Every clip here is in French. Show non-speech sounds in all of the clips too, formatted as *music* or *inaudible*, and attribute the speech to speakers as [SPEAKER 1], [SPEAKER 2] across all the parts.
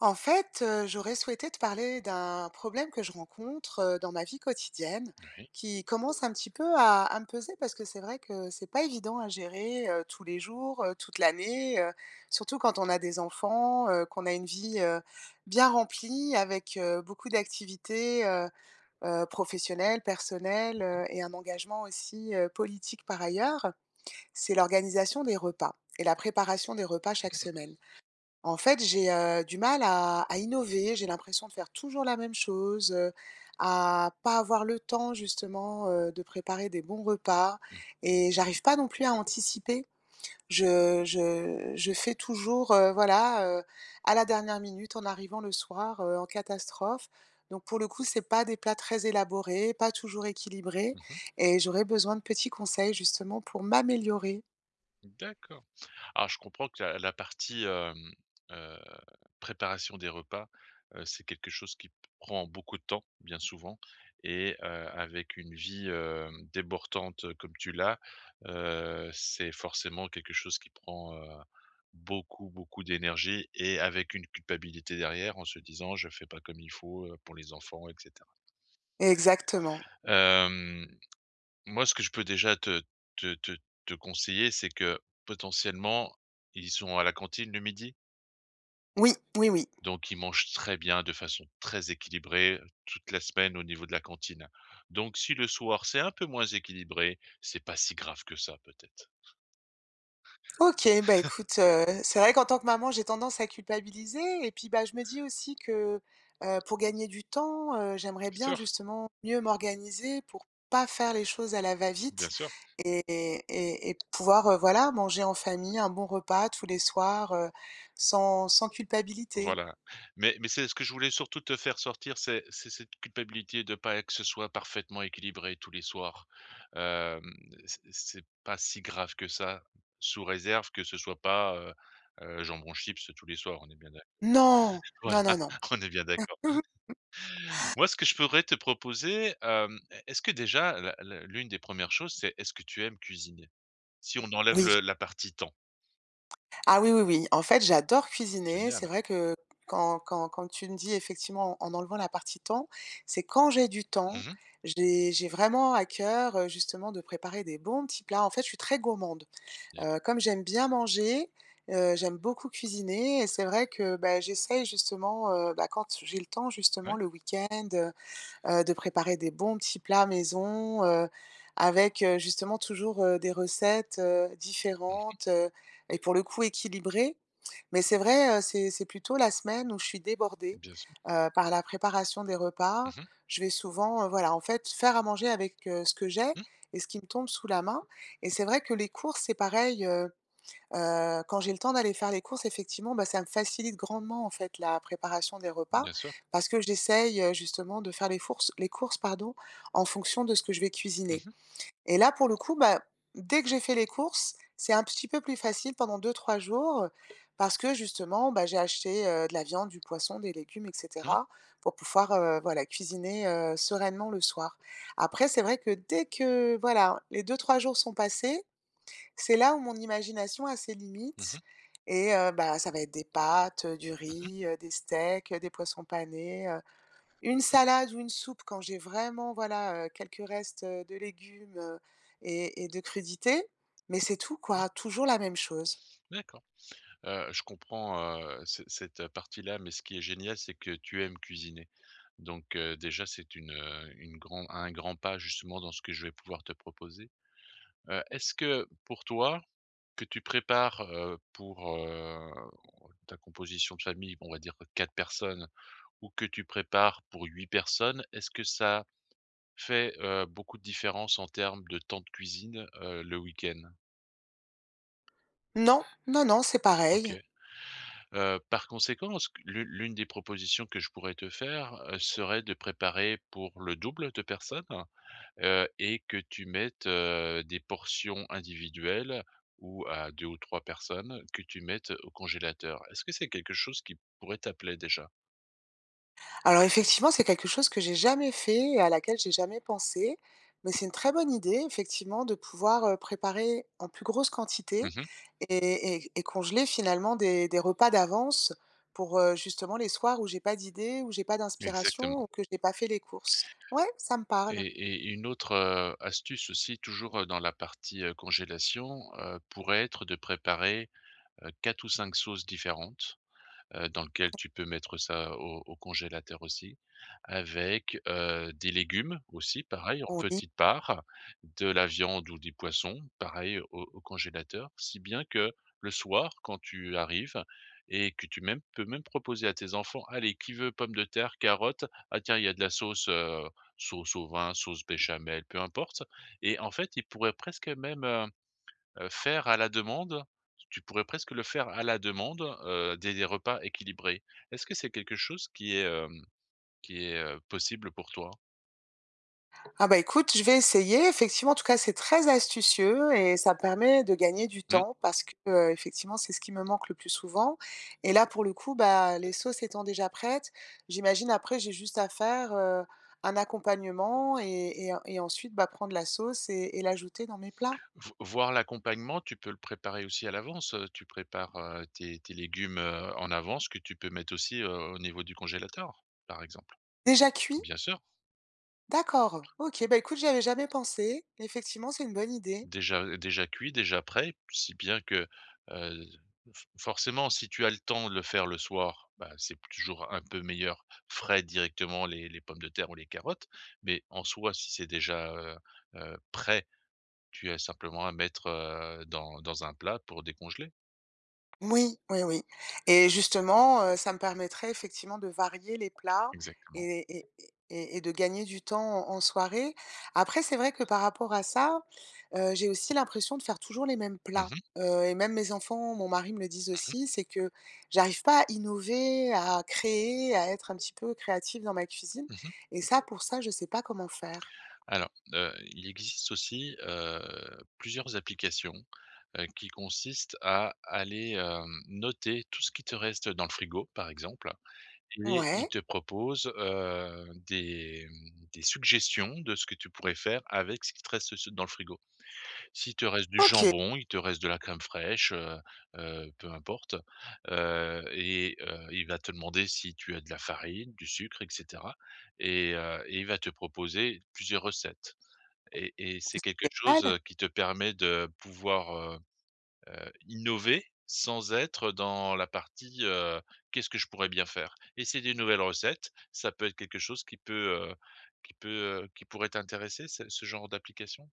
[SPEAKER 1] En fait, j'aurais souhaité te parler d'un problème que je rencontre, dans ma vie quotidienne,
[SPEAKER 2] Oui.
[SPEAKER 1] qui commence un petit peu à me peser parce que c'est vrai que c'est pas évident à gérer, tous les jours, toute l'année, surtout quand on a des enfants, qu'on a une vie, bien remplie avec, beaucoup d'activités, professionnelles, personnelles,
[SPEAKER 2] Mmh
[SPEAKER 1] et un engagement aussi, politique par ailleurs. C'est l'organisation des repas et la préparation des repas chaque semaine. En fait, j'ai, du mal à innover, j'ai l'impression de faire toujours la même chose, à pas avoir le temps justement, de préparer des bons repas
[SPEAKER 2] mh.
[SPEAKER 1] et j'arrive pas non plus à anticiper. Je fais toujours, voilà, à la dernière minute en arrivant le soir, en catastrophe. Donc pour le coup, c'est pas des plats très élaborés, pas toujours équilibrés
[SPEAKER 2] Mmh.
[SPEAKER 1] et j'aurais besoin de petits conseils justement pour m'améliorer.
[SPEAKER 2] D'accord. Alors je comprends que la partie, heu, préparation des repas, c'est quelque chose qui prend beaucoup de temps, bien souvent et avec une vie, débordante, comme tu l'as, c'est forcément quelque chose qui prend, beaucoup, beaucoup d'énergie et avec une culpabilité derrière en se disant: «Je fais pas comme il faut, pour les enfants» et cetera.
[SPEAKER 1] Exactement.
[SPEAKER 2] Hem Moi, ce que je peux déjà te te te conseiller, c'est que, potentiellement, ils sont à la cantine le midi,
[SPEAKER 1] Oui, oui, oui.
[SPEAKER 2] donc ils mangent très bien, de façon très équilibrée, toute la semaine au niveau de la cantine. Donc si le soir, c'est un peu moins équilibré, c'est pas si grave que ça peut-être.
[SPEAKER 1] OK, bah, écoute, c'est vrai qu'en tant que maman, j'ai tendance à culpabiliser et puis, bah, je me dis aussi que, pour gagner du temps, j'aimerais
[SPEAKER 2] Bien
[SPEAKER 1] bien
[SPEAKER 2] sûr,
[SPEAKER 1] justement mieux m'organiser pour pas faire les choses à la
[SPEAKER 2] bien
[SPEAKER 1] va-vite
[SPEAKER 2] sûr.
[SPEAKER 1] et et pouvoir, voilà, manger en famille un bon repas tous les soirs, sans culpabilité.
[SPEAKER 2] Voilà, mais c'est ce que je voulais surtout te faire sortir, c'est cette culpabilité de pas que ce soit parfaitement équilibré tous les soirs. Hem, c'est pas si grave que ça, sous réserve que ce soit pas, jambon chips tous les soirs, on est bien d'accord.
[SPEAKER 1] Non!
[SPEAKER 2] *laughs* Voilà,
[SPEAKER 1] Non, non, non.
[SPEAKER 2] on est bien d'accord.
[SPEAKER 1] *laughs*
[SPEAKER 2] Moi, ce que je pourrais te proposer, est ce que déjà la l'une des premières choses, c'est est-ce que tu aimes cuisiner? Si on enlève
[SPEAKER 1] Oui.
[SPEAKER 2] le la partie temps.
[SPEAKER 1] Ah oui, oui, oui. En fait, j'adore cuisiner.
[SPEAKER 2] Génial.
[SPEAKER 1] C'est vrai que quand tu me dis effectivement en enlevant la partie temps, c'est quand j'ai du temps,
[SPEAKER 2] Mmh.
[SPEAKER 1] j'ai vraiment à cœur, justement de préparer des bons petits plats. En fait, je suis très gourmande.
[SPEAKER 2] Génial.
[SPEAKER 1] Comme j'aime bien manger, j'aime beaucoup cuisiner et c'est vrai que, bah, j'essaye justement, bah, quand j'ai le temps justement
[SPEAKER 2] Ouais.
[SPEAKER 1] le week-end, de préparer des bons petits plats maison, avec, justement toujours, des recettes,
[SPEAKER 2] Mmh.
[SPEAKER 1] différentes, et pour le coup équilibrées. Mais c'est vrai, c'est plutôt la semaine où je suis débordée,
[SPEAKER 2] Bien sûr.
[SPEAKER 1] par la préparation des repas.
[SPEAKER 2] Mmh mh.
[SPEAKER 1] Je vais souvent, voilà, en fait, faire à manger avec, ce que j'ai
[SPEAKER 2] Mmh.
[SPEAKER 1] et ce qui me tombe sous la main et c'est vrai que les courses, c'est pareil, quand j'ai le temps d'aller faire les courses, effectivement, bah, ça me facilite grandement, en fait, la préparation des repas
[SPEAKER 2] Bien sûr.
[SPEAKER 1] parce que j'essaye, justement de faire les courses, pardon, en fonction de ce que je vais
[SPEAKER 2] Mmh
[SPEAKER 1] cuisiner
[SPEAKER 2] mh.
[SPEAKER 1] et là, pour le coup, bah, dès que j'ai fait les courses, c'est un petit peu plus facile pendant deux trois jours parce que justement, bah, j'ai acheté, de la viande, du poisson, des légumes et
[SPEAKER 2] Mmh.
[SPEAKER 1] cetera pour pouvoir, voilà, cuisiner, sereinement le soir. Après, c'est vrai que dès que, voilà, les deux trois jours sont passés, c'est là où mon imagination a ses
[SPEAKER 2] Mmh.
[SPEAKER 1] limites et bah, ça va être des pâtes, du
[SPEAKER 2] Mmh mh.
[SPEAKER 1] riz, des steaks, des poissons panés, une salade ou une soupe quand j'ai vraiment, voilà, quelques restes, de légumes, et de crudités, mais c'est tout
[SPEAKER 2] Mmh.
[SPEAKER 1] quoi, toujours la même chose.
[SPEAKER 2] D'accord. Je comprends, ce cette partie-là, mais ce qui est génial, c'est que tu aimes cuisiner. Donc, déjà, c'est une grand un grand pas justement dans ce que je vais pouvoir te proposer. Est-ce que pour toi, que tu prépares, pour, ta composition de famille, on va dire 4 personnes ou que tu prépares pour 8 personnes, est-ce que ça fait, beaucoup de différence en termes de temps de cuisine, le week-end?
[SPEAKER 1] Non, non, non, c'est pareil.
[SPEAKER 2] OK. Par conséquent, ce que l'une des propositions que je pourrais te faire, serait de préparer pour le double de personnes, et que tu mettes, des portions individuelles ou à 2 ou 3 personnes que tu mettes au congélateur. Est-ce que c'est quelque chose qui pourrait t'appeler déjà?
[SPEAKER 1] Alors effectivement, c'est quelque chose que j'ai jamais fait et à laquelle j'ai jamais pensé, mais c'est une très bonne idée, effectivement, de pouvoir, préparer en plus grosse quantité
[SPEAKER 2] Mmh.
[SPEAKER 1] et congeler finalement des repas d'avance pour, justement les soirs où j'ai pas d'idée, où j'ai pas d'inspiration ou
[SPEAKER 2] Exactement
[SPEAKER 1] que j'ai pas fait les courses. Ouais, ça me parle.
[SPEAKER 2] et une autre, astuce aussi toujours, dans la partie, congélation, pourrait être de préparer, 4 ou 5 sauces différentes dans lequel tu peux mettre ça au au congélateur aussi, avec, des légumes aussi, pareil, en
[SPEAKER 1] Oui.
[SPEAKER 2] petite part, de la viande ou des poissons, pareil, au au congélateur. Si bien que le soir, quand tu arrives et que tu même peux même proposer à tes enfants: «Allez, qui veut pommes de terre, carottes? Ah tiens, il y a de la sauce, sauce au vin, sauce béchamel», peu importe et en fait, ils pourraient presque même, faire à la demande, tu pourrais presque le faire à la demande, des repas équilibrés. Est-ce que c'est quelque chose qui est, qui est, possible pour toi?
[SPEAKER 1] Ah bah, écoute, je vais essayer. Effectivement, en tout cas, c'est très astucieux et ça permet de gagner du
[SPEAKER 2] Mmh.
[SPEAKER 1] temps parce que, effectivement, c'est ce qui me manque le plus souvent et là, pour le coup, bah, les sauces étant déjà prêtes, j'imagine après j'ai juste à faire, un accompagnement et ensuite, bah, prendre la sauce et l'ajouter dans mes plats.
[SPEAKER 2] Vo voire l'accompagnement, tu peux le préparer aussi à l'avance, tu prépares, tes tes légumes, en avance que tu peux mettre aussi, au niveau du congélateur, par exemple.
[SPEAKER 1] Déjà cuit?
[SPEAKER 2] Bien sûr.
[SPEAKER 1] D'accord. OK, bah, écoute, j'y avais jamais pensé. Effectivement, c'est une bonne idée.
[SPEAKER 2] Déjà déjà cuit, déjà prêt, si bien que, heu, f forcément, si tu as le temps de le faire le soir, bah, c'est toujours un peu meilleur frais directement les pommes de terre ou les carottes, mais en soi, si c'est déjà, prêt, tu as simplement à mettre, dans dans un plat pour décongeler.
[SPEAKER 1] Oui, oui, oui et justement, ça me permettrait effectivement de varier les plats
[SPEAKER 2] Exactement.
[SPEAKER 1] et de gagner du temps en soirée. Après, c'est vrai que par rapport à ça, j'ai aussi l'impression de faire toujours les mêmes
[SPEAKER 2] Mmh
[SPEAKER 1] plats,
[SPEAKER 2] mh,
[SPEAKER 1] et même mes enfants, mon mari me le disent
[SPEAKER 2] mmh.
[SPEAKER 1] aussi, c'est que j'arrive pas à innover, à créer, à être un petit peu créative dans ma cuisine
[SPEAKER 2] Mmh.
[SPEAKER 1] et ça, pour ça, je sais pas comment faire.
[SPEAKER 2] Alors, il existe aussi, plusieurs applications, qui consistent à aller, noter tout ce qui te reste dans le frigo, par exemple. Et il
[SPEAKER 1] Ouais,
[SPEAKER 2] te propose, des, des suggestions de ce que tu pourrais faire avec ce qui te reste s dans le frigo. S'il te reste du
[SPEAKER 1] OK.
[SPEAKER 2] jambon, il te reste de la crème fraîche, peu importe, et il va te demander si tu as de la farine, du sucre et cetera et il va te proposer plusieurs recettes et c'est quelque chose, qui te permet de pouvoir, innover sans être dans la partie, «Qu'est-ce que je pourrais bien faire?» Essayer des nouvelles recettes, ça peut être quelque chose qui peut, heu, qui peut, qui pourrait t'intéresser, ce ce genre d'application?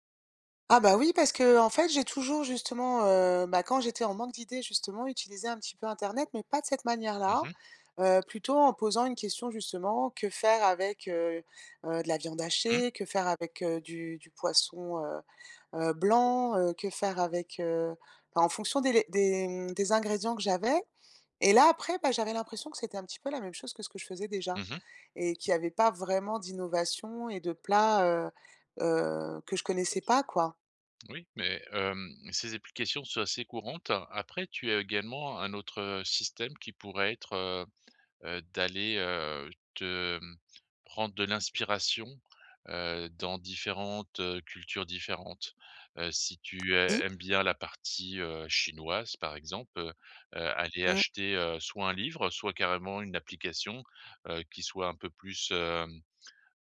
[SPEAKER 1] Ah bah oui, parce que en fait, j'ai toujours justement, bah, quand j'étais en manque d'idées justement, utilisé un petit peu internet, mais pas de cette
[SPEAKER 2] Mmh
[SPEAKER 1] manière-là,
[SPEAKER 2] mh.
[SPEAKER 1] plutôt en posant une question justement: «Que faire avec, de la viande
[SPEAKER 2] Mmh.
[SPEAKER 1] hachée? Que faire avec, du poisson, blanc? Que faire avec,» enfin, en fonction mmh, des ingrédients que j'avais et là après, bah, j'avais l'impression que c'était un petit peu la même chose que ce que je faisais déjà
[SPEAKER 2] Mmh.
[SPEAKER 1] et qu'il y avait pas vraiment d'innovation et de plats, que je connaissais pas, quoi.
[SPEAKER 2] Oui, mais ces applications sont assez courantes. Après, tu as également un autre, système qui pourrait être, d'aller, te, prendre de l'inspiration, dans différentes, cultures différentes. Si tu ai
[SPEAKER 1] Oui.
[SPEAKER 2] aimes bien la partie, chinoise, par exemple, aller
[SPEAKER 1] Mmh.
[SPEAKER 2] acheter, soit un livre, soit carrément une application, qui soit un peu plus,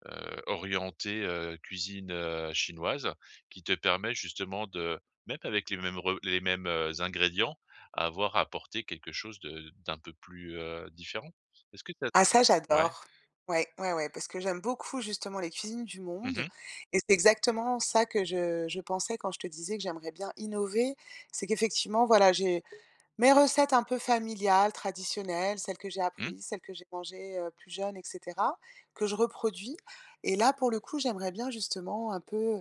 [SPEAKER 2] orientée, cuisine, chinoise qui te permet justement de même avec les mêmes re les mêmes, ingrédients, avoir apporté quelque chose de d'un peu plus, différent. Est-ce que ça
[SPEAKER 1] Ah ça
[SPEAKER 2] ouais.
[SPEAKER 1] j'adore. Ouais, ouais, ouais, parce que j'aime beaucoup justement les cuisines du
[SPEAKER 2] Mmh
[SPEAKER 1] monde
[SPEAKER 2] mh.
[SPEAKER 1] et c'est exactement ça que je pensais quand je te disais que j'aimerais bien innover. C'est qu'effectivement, voilà, j'ai mes recettes un peu familiales, traditionnelles, celles que j'ai
[SPEAKER 2] Mmh.
[SPEAKER 1] apprises, celles que j'ai mangées, plus jeune et cetera, que je reproduis et là, pour le coup, j'aimerais bien justement un peu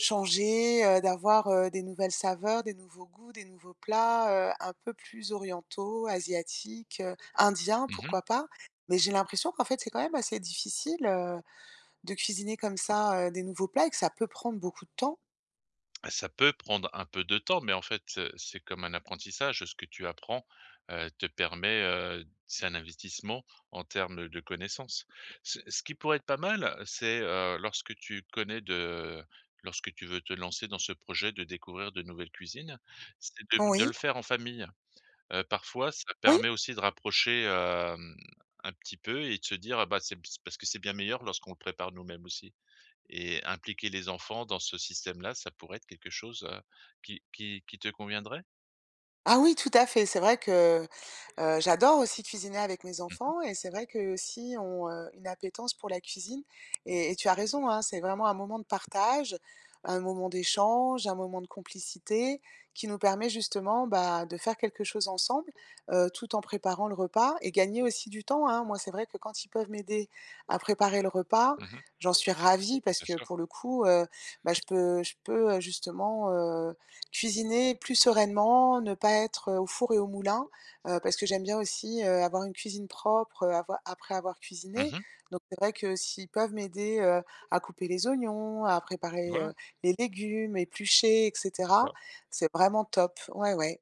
[SPEAKER 1] changer, d'avoir, des nouvelles saveurs, des nouveaux goûts, des nouveaux plats, un peu plus orientaux, asiatiques, indiens,
[SPEAKER 2] Mmh.
[SPEAKER 1] pourquoi pas? Mais j'ai l'impression qu'en fait, c'est quand même assez difficile, de cuisiner comme ça, des nouveaux plats et que ça peut prendre beaucoup de temps.
[SPEAKER 2] Bah, ça peut prendre un peu de temps, mais en fait, c'est comme un apprentissage. Ce que tu apprends, te permet, c'est un investissement en termes de connaissances. Ce ce qui pourrait être pas mal, c'est, lorsque tu connais de lorsque tu veux te lancer dans ce projet de découvrir de nouvelles cuisines, c'est de le
[SPEAKER 1] Oui,
[SPEAKER 2] faire en famille. Parfois, ça
[SPEAKER 1] oui.
[SPEAKER 2] permet aussi de rapprocher, un petit peu et de se dire: «Ah bah, c'est parce que c'est bien meilleur lorsqu'on le prépare nous-mêmes aussi» et impliquer les enfants dans ce système-là, ça pourrait être quelque chose, qui te conviendrait?
[SPEAKER 1] Ah oui, tout à fait, c'est vrai que j'adore aussi cuisiner avec mes
[SPEAKER 2] Mmh
[SPEAKER 1] enfants et c'est vrai qu'eux aussi ont, une appétence pour la cuisine et tu as raison, hein, c'est vraiment un moment de partage, un moment d'échange, un moment de complicité qui nous permet justement, bah, de faire quelque chose ensemble, tout en préparant le repas et gagner aussi du temps, hein. Moi, c'est vrai que quand ils peuvent m'aider à préparer le repas,
[SPEAKER 2] mh. Mmh.
[SPEAKER 1] j'en suis ravie parce
[SPEAKER 2] Bien
[SPEAKER 1] que
[SPEAKER 2] sûr.
[SPEAKER 1] pour le coup, bah, je peux, justement, cuisiner plus sereinement, ne pas être, au four et au moulin. Parce que j'aime bien aussi, avoir une cuisine propre, avoir après avoir cuisiné.
[SPEAKER 2] Mmh.
[SPEAKER 1] Donc c'est vrai que s'ils peuvent m'aider, à couper les oignons, à préparer,
[SPEAKER 2] Voilà,
[SPEAKER 1] les légumes, éplucher et
[SPEAKER 2] c'est ça
[SPEAKER 1] cetera, c'est vraiment top. Ouais, ouais,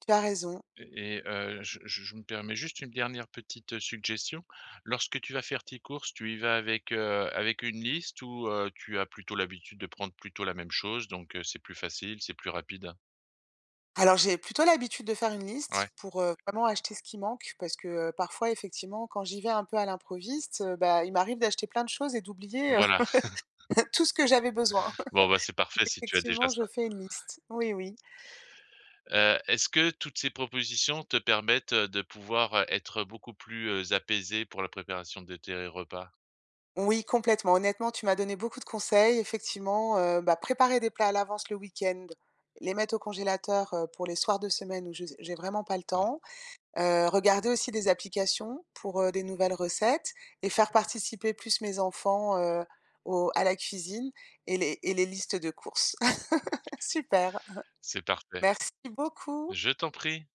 [SPEAKER 1] tu as raison.
[SPEAKER 2] et je me permets juste une dernière petite, suggestion. Lorsque tu vas faire tes courses, tu y vas avec, avec une liste ou, tu as plutôt l'habitude de prendre plutôt la même chose donc c'est plus facile, c'est plus rapide?
[SPEAKER 1] Alors j'ai plutôt l'habitude de faire une
[SPEAKER 2] Ouais,
[SPEAKER 1] liste pour, vraiment acheter ce qui manque parce que, parfois effectivement quand j'y vais un peu à l'improviste, bah, il m'arrive d'acheter plein de choses et d'oublier,
[SPEAKER 2] voilà. *laughs*
[SPEAKER 1] *laughs* tout ce que j'avais besoin.
[SPEAKER 2] Bon, bah, c'est parfait
[SPEAKER 1] *laughs*
[SPEAKER 2] si tu as déjà
[SPEAKER 1] Effectivement, je
[SPEAKER 2] ça.
[SPEAKER 1] fais une liste. Oui, oui.
[SPEAKER 2] Est-ce que toutes ces propositions te permettent, de pouvoir, être beaucoup plus, apaisé pour la préparation de tes repas?
[SPEAKER 1] Oui, complètement. Honnêtement, tu m'as donné beaucoup de conseils. Effectivement, bah, préparer des plats à l'avance le week-end, les mettre au congélateur, pour les soirs de semaine où je j'ai vraiment pas le
[SPEAKER 2] Ouais,
[SPEAKER 1] temps. Regarder aussi des applications pour, des nouvelles recettes et faire participer plus mes enfants, au à la cuisine et les listes de courses. *laughs* Super.
[SPEAKER 2] c'est parfait.
[SPEAKER 1] Merci beaucoup.
[SPEAKER 2] Je t'en prie.